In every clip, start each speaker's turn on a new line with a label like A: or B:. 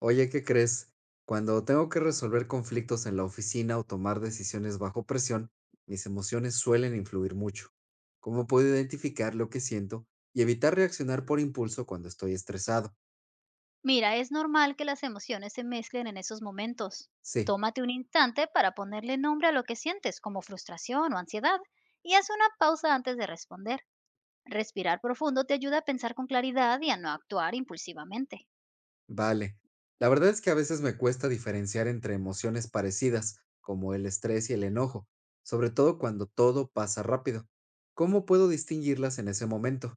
A: Oye, ¿qué crees? Cuando tengo que resolver conflictos en la oficina o tomar decisiones bajo presión, mis emociones suelen influir mucho. ¿Cómo puedo identificar lo que siento y evitar reaccionar por impulso cuando estoy estresado?
B: Mira, es normal que las emociones se mezclen en esos momentos.
A: Sí,
B: Tómate un instante para ponerle nombre a lo que sientes, como frustración o ansiedad, y haz una pausa antes de responder. Respirar profundo te ayuda a pensar con claridad y a no actuar impulsivamente.
A: vale. La verdad es que a veces me cuesta diferenciar entre emociones parecidas, como el estrés y el enojo, sobre todo cuando todo pasa rápido. ¿Cómo puedo distinguirlas en ese momento?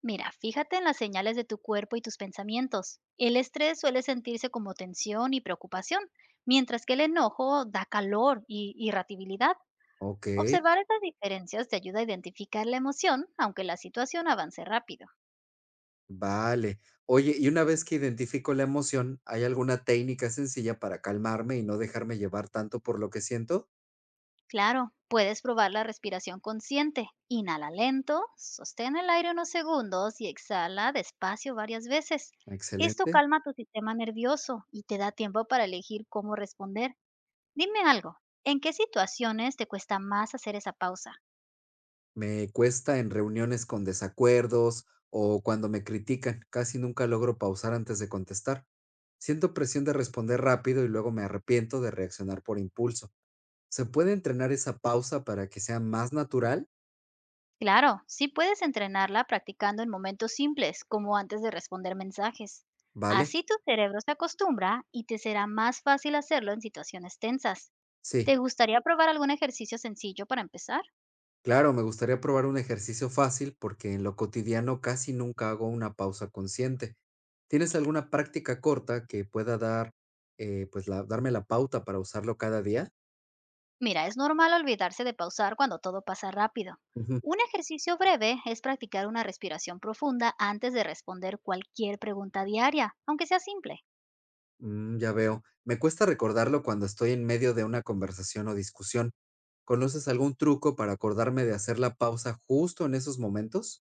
B: Mira, fíjate en las señales de tu cuerpo y tus pensamientos. El estrés suele sentirse como tensión y preocupación, mientras que el enojo da calor y irritabilidad.
A: Ok.
B: Observar estas diferencias te ayuda a identificar la emoción, aunque la situación avance rápido.
A: Vale. Oye, y una vez que identifico la emoción, ¿hay alguna técnica sencilla para calmarme y no dejarme llevar tanto por lo que siento?
B: Claro, puedes probar la respiración consciente. Inhala lento, sostén el aire unos segundos y exhala despacio varias veces. Esto
A: Excelente.
B: calma tu sistema nervioso y te da tiempo para elegir cómo responder. Dime algo, ¿en qué situaciones te cuesta más hacer esa pausa?
A: Me cuesta en reuniones con desacuerdos o cuando me critican. Casi nunca logro pausar antes de contestar. Siento presión de responder rápido y luego me arrepiento de reaccionar por impulso. ¿Se puede entrenar esa pausa para que sea más natural?
B: Claro, sí puedes entrenarla practicando en momentos simples, como antes de responder mensajes.
A: Vale.
B: Así tu cerebro se acostumbra y te será más fácil hacerlo en situaciones tensas.
A: Sí.
B: ¿Te gustaría probar algún ejercicio sencillo para empezar?
A: Claro, me gustaría probar un ejercicio fácil porque en lo cotidiano casi nunca hago una pausa consciente. ¿Tienes alguna práctica corta que pueda dar, darme la pauta para usarlo cada día?
B: Mira, es normal olvidarse de pausar cuando todo pasa rápido.
A: Ujú,
B: Un ejercicio breve es practicar una respiración profunda antes de responder cualquier pregunta diaria, aunque sea simple.
A: ya veo. Me cuesta recordarlo cuando estoy en medio de una conversación o discusión. ¿Conoces algún truco para acordarme de hacer la pausa justo en esos momentos?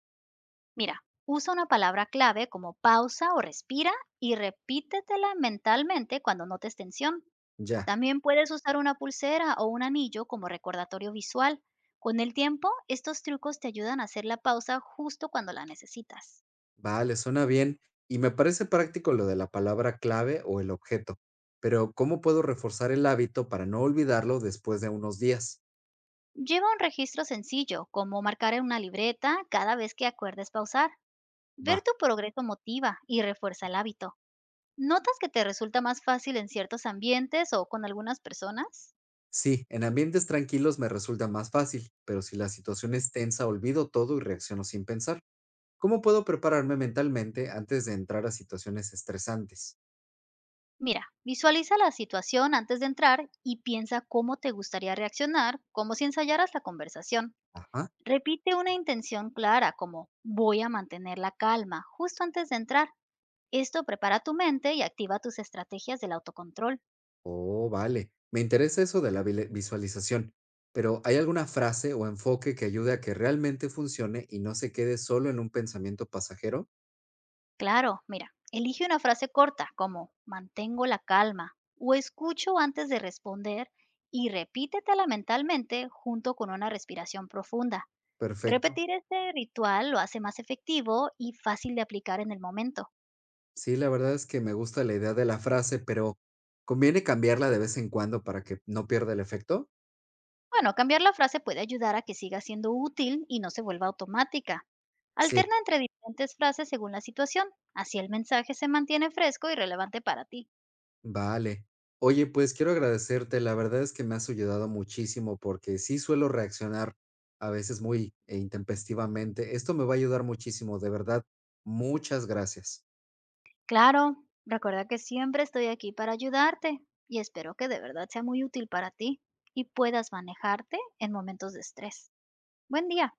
B: Mira, usa una palabra clave como pausa o respira y repítetela mentalmente cuando notes tensión.
A: Ya.
B: También puedes usar una pulsera o un anillo como recordatorio visual. Con el tiempo, estos trucos te ayudan a hacer la pausa justo cuando la necesitas.
A: Vale, suena bien y me parece práctico lo de la palabra clave o el objeto, pero ¿cómo puedo reforzar el hábito para no olvidarlo después de unos días?
B: Lleva un registro sencillo, como marcar en una libreta cada vez que acuerdes pausar.
A: Va,
B: Ver tu progreso motiva y refuerza el hábito. ¿Notas que te resulta más fácil en ciertos ambientes o con algunas personas?
A: sí, en ambientes tranquilos me resulta más fácil, pero si la situación es tensa, olvido todo y reacciono sin pensar. ¿Cómo puedo prepararme mentalmente antes de entrar a situaciones estresantes?
B: Mira, visualiza la situación antes de entrar y piensa cómo te gustaría reaccionar, como si ensayaras la conversación.
A: Ajá.
B: Repite una intención clara como voy a mantener la calma justo antes de entrar. Esto prepara tu mente y activa tus estrategias del autocontrol.
A: Oh, vale. Me interesa eso de la visualización, pero ¿hay alguna frase o enfoque que ayude a que realmente funcione y no se quede solo en un pensamiento pasajero?
B: Claro, mira, elige una frase corta como mantengo la calma o escucho antes de responder y repítetela mentalmente junto con una respiración profunda.
A: Perfecto.
B: Repetir este ritual lo hace más efectivo y fácil de aplicar en el momento.
A: Sí, la verdad es que me gusta la idea de la frase, pero ¿conviene cambiarla de vez en cuando para que no pierda el efecto?
B: Bueno, cambiar la frase puede ayudar a que siga siendo útil y no se vuelva automática.
A: Sí,
B: Alterna entre diferentes frases según la situación, así el mensaje se mantiene fresco y relevante para ti.
A: vale. Oye, pues quiero agradecerte, la verdad es que me has ayudado muchísimo porque sí suelo reaccionar a veces muy intempestivamente. Esto me va a ayudar muchísimo, de verdad. Muchas gracias.
B: Claro, recuerda que siempre estoy aquí para ayudarte y espero que de verdad sea muy útil para ti y puedas manejarte en momentos de estrés. Buen día.